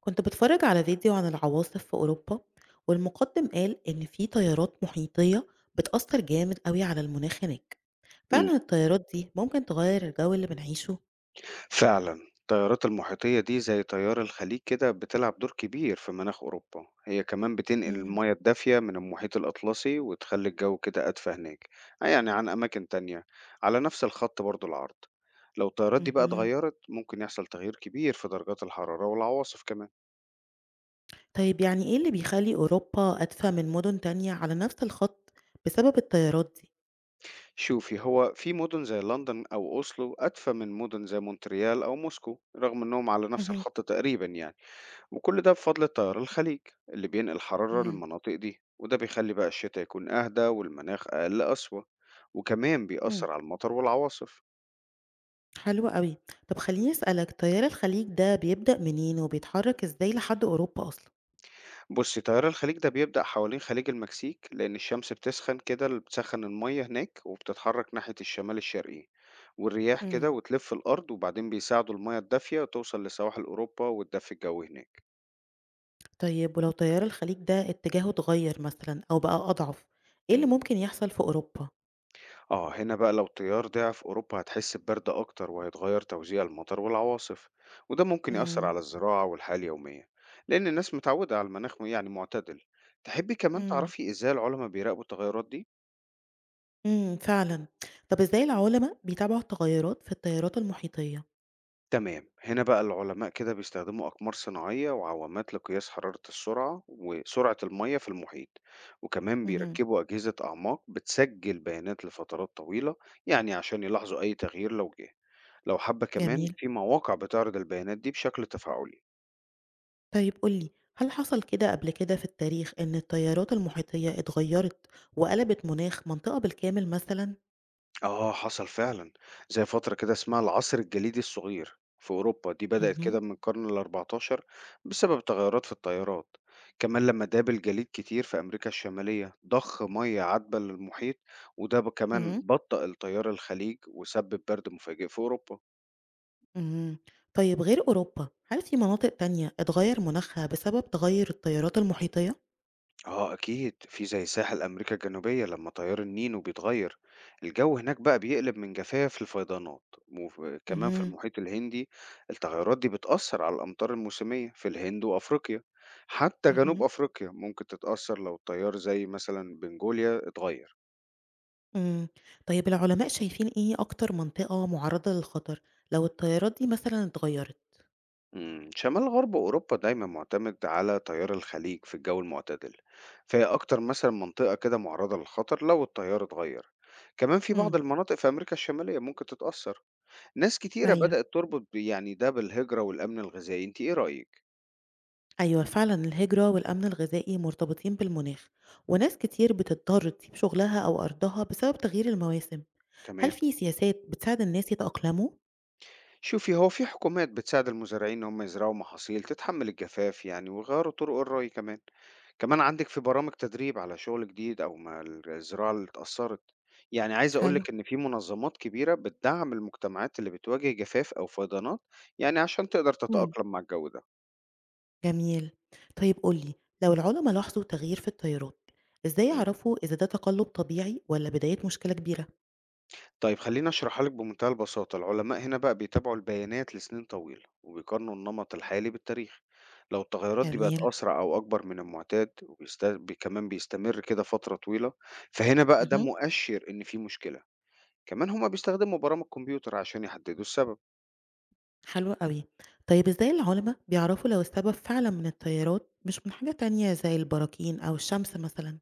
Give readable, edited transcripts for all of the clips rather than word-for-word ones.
كنت بتفرج على فيديو عن العواصف في أوروبا، والمقدم قال إن في تيارات محيطية بتأثر جامد قوي على المناخ هناك. إمم، فعلا التيارات دي ممكن تغير الجو اللي بنعيشه. فعلًا التيارات المحيطية دي زي تيار الخليج كده بتلعب دور كبير في مناخ أوروبا، هي كمان بتنقل مم. المَيَّة الدافية من المحيط الأطلسي وتخلّي الجو كده أدفى هناك، يعني عن أماكن تانية على نفس الخط برضه العرض. لو التيارات دي بقى مهم. اتغيّرت ممكن يحصل تغيير كبير في درجات الحرارة والعواصف كمان. طيب يعني إيه اللي بيخلي أوروبا أدفى من مدن تانية على نفس الخط بسبب التيارات دي؟ شوفي، هو في مدن زي لندن أو أوسلو أدفى من مدن زي مونتريال أو موسكو رغم إنهم على نفس مهم. الخط تقريبًا يعني. وكل ده بفضل التيار الخليج اللي بينقل حرارة مم. للمناطق دي وده بيخلي بقى الشتاء يكون أهدى والمناخ أقل قسوة وكمان مم. بيأثر على المطر والعواصف. حلو قوي. طب خليني أسألك، تيار الخليج ده بيبدأ منين وبيتحرك إزاي لحد أوروبا أصلا؟ بص تيار الخليج ده بيبدأ حوالين خليج المكسيك لأن الشمس بتسخن كده اللي بتسخن المية هناك وبتتحرك ناحية الشمال الشرقي والرياح كده مم. وتلف الأرض وبعدين بيساعدوا المية الدافية توصل لسواحل أوروبا والدفء الجوي هناك. طيب ولو تيار الخليج ده اتجاهه اتغير مثلًا أو بقى أضعف، إيه اللي ممكن يحصل في أوروبا؟ آه هنا بقى لو التيار ضاع في أوروبا هتحس ببرد أكتر وهيتغير توزيع المطر والعواصف وده ممكن يأثر إمم، على الزراعة والحياة اليومية لأن الناس متعودة على المناخ يعني معتدل. تحبي كمان إمم، تعرفي إزاي العلماء بيراقبوا التغيرات دي؟ إمم، فعلًا. طب إزاي العُلما بيتابعوا التغيرات في التيارات المحيطية؟ تمام هنا بقى العلماء كده بيستخدموا أقمار صناعية وعوامات لقياس حرارة السرعة وسرعة المية في المحيط وكمان اهم، بيركبوا أجهزة أعماق بتسجل بيانات لفترات طويلة يعني عشان يلاحظوا أي تغيير لو جه. لو حابة كمان جميل. في مواقع بتعرض البيانات دي بشكل تفاعلي. طيب قُل لي، هل حصل كده قبل كده في التاريخ إن التيارات المحيطية اتغيّرت وقلبت مناخ منطقة بالكامل مثلًا؟ آه حصل فعلا زي فترة كده اسمها العصر الجليدي الصغير في أوروبا، دي بدأت اهم، كده من القرن الأربعتاشر بسبب تغيرات في التيارات، كمان لما داب الجليد كتير في أمريكا الشمالية ضخ مية عذبة للمحيط وده كمان إمم، بطأ التيار الخليج وسبب برد مفاجئ في أوروبا. إمم. طيب غير أوروبا، هل في مناطق تانية اتغيّر مناخها بسبب تغيُّر التيارات المحيطية؟ آه أكيد في زي ساحل أمريكا الجنوبية لما تيار النينو بيتغير الجو هناك بقى بيقلب من جفاف لفيضانات، وكمان في اهم، المحيط الهندي التغيرات دي بتأثر على الأمطار الموسمية في الهند وأفريقيا، حتى جنوب اهم. أفريقيا ممكن تتأثر لو التيار زي مثلا بنجوليا اتغير. إمم. طيب العلماء شايفين إيه أكتر منطقة معرّضة للخطر لو التيارات دي مثلًا اتغيّرت؟ مم، شمال غرب أوروبا دايما معتمد على تيار الخليج في الجو المعتدل، فهي أكتر مثلا منطقة كده معرضة للخطر لو التيار اتغير، كمان في بعض إمم. المناطق في أمريكا الشمالية ممكن تتأثر. ناس كتيرة أيوه. بدأت تربط يعني ده بالهجرة والأمن الغذائي، انت ايه رأيك؟ أيوه، فعلًا الهجرة والأمن الغذائي مرتبطين بالمناخ، وناس كتير بتضطر تسيب شغلها أو أرضها بسبب تغيير المواسم. هل تمام، في سياسات بتساعد الناس يتأقلموا؟ شوفي هو في حكومات بتساعد المزارعين ان هم يزرعوا محاصيل تتحمل الجفاف يعني ويغيروا طرق الري كمان، كمان عندك في برامج تدريب على شغل جديد او ما الزراعة اللي اتأثرت، يعني عايز حلو. اقولك ان في منظمات كبيرة بتدعم المجتمعات اللي بتواجه جفاف او فيضانات، يعني عشان تقدر إمم. تتأقلم مع الجو ده. جميل. طيب قُل لي، لو العلما لاحظوا تغيير في التيارات، إزاي امم. يعرفوا إذا ده تقلُّب طبيعي والّا بداية مشكلة كبيرة؟ طيب خليني اشرحها لك بمنتهى البساطة. العلماء هنا بقى بيتابعوا البيانات لسنين طويلة وبيقارنوا النمط الحالي بالتاريخ، لو التغيرات دي بقت جميل. أسرع أو أكبر من المعتاد كمان بيستمر كده فترة طويلة، فهنا بقى ده اهم. مؤشر إن في مشكلة. كمان هما بيستخدموا برامج كمبيوتر عشان يحددوا السبب. حلو أوي. طيب إزاي العُلما بيعرفوا لو السبب فعلًا من التيارات مش من حاجة تانية زي البراكين أو الشمس مثلًا؟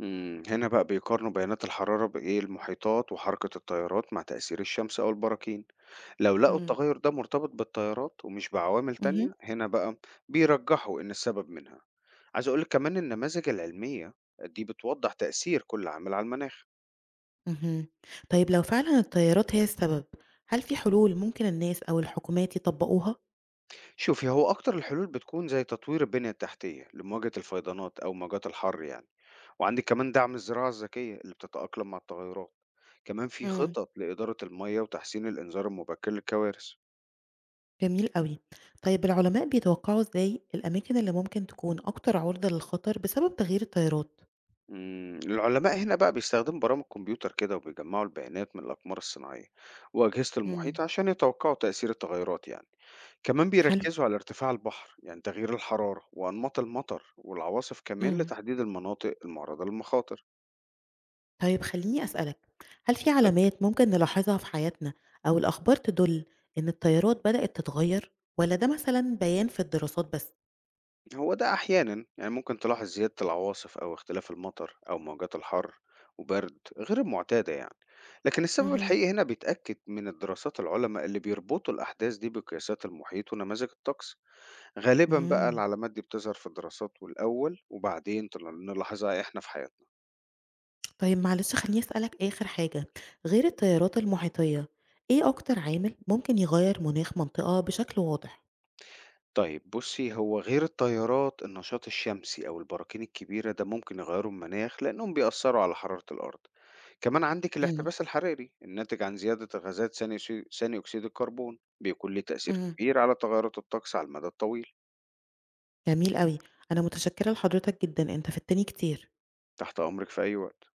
هنا بقى بيقارنوا بيانات الحرارة بإيه، المحيطات وحركة التيارات مع تأثير الشمس أو البراكين، لو لقوا إمم. التغير ده مرتبط بالتيارات ومش بعوامل اهم، تانية، هنا بقى بيرجحوا إن السبب منها. عايز أقول لِك كمان النماذج العلمية دي بتوضح تأثير كل عامل على المناخ. اهم. طيب لو فعلًا التيارات هي السبب، هل في حلول ممكن الناس أو الحكومات يطبّقوها؟ شوفي، هو أكتر الحلول بتكون زي تطوير البنية التحتية لمواجهة الفيضانات أو موجات الحر يعني، وعندِك كمان دعم الزراعة الذكية اللي بتتأقلم مع التغيرات، كمان في إمم. خطط لإدارة المَيّة وتحسين الإنذار المبكر للكوارث. جميل أوي. طيب العُلماء بيتوقعوا إزاي الأماكن اللي ممكن تكون أكتر عُرضة للخطر بسبب تغيير التيارات؟ مم، العلماء هنا بقى بيستخدموا برامج كمبيوتر كده وبيجمعوا البيانات من الأقمار الصناعية وأجهزة إمم. المحيط عشان يتوقعوا تأثير التغيرات يعني، كمان حلو. بيركزوا على ارتفاع البحر يعني تغيير الحرارة وأنماط المطر والعواصف كمان إمم. لتحديد المناطق المعرضة للمخاطر. طيب خلّيني أسألك، هل في اتفضل. علامات ممكن نلاحظها في حياتنا أو الأخبار تدُل إن التيارات بدأت تتغيّر والّا ده مثلًا بيان في الدراسات بس؟ هو ده أحيانا يعني ممكن تلاحظ زيادة العواصف أو اختلاف المطر أو موجات الحر وبرد غير المعتادة يعني، لكن السبب اهم. الحقيقي هنا بيتأكد من الدراسات، العلماء اللي بيربطوا الأحداث دي بقياسات المحيط ونماذج الطقس. غالبًا بقى إمم. العلامات دي بتظهر في الدراسات والأول، وبعدين تل نلاحظها إحنا في حياتنا. طيب معلش خلّيني أسألك آخر حاجة، غير التيارات المحيطية، إيه أكتر عامل ممكن يغيّر مناخ منطقة بشكل واضح؟ طيب بُصّي، هو غير التيارات، النشاط الشمسي أو البراكين الكبيرة ده ممكن يغيّروا المناخ، لأنهم بيأثّروا على حرارة الأرض. كمان عندِك إمم. الاحتباس الحراري الناتج عن زيادة غازات ثاني أكسيد الكربون، بيكون ليه تأثير إمم. كبير على تغيّرات الطقس على المدى الطويل. جميل أوي. أنا متشكّرة لحضرتك جدًا، أنت فدتني كتير. تحت أمرِك في أي وقت.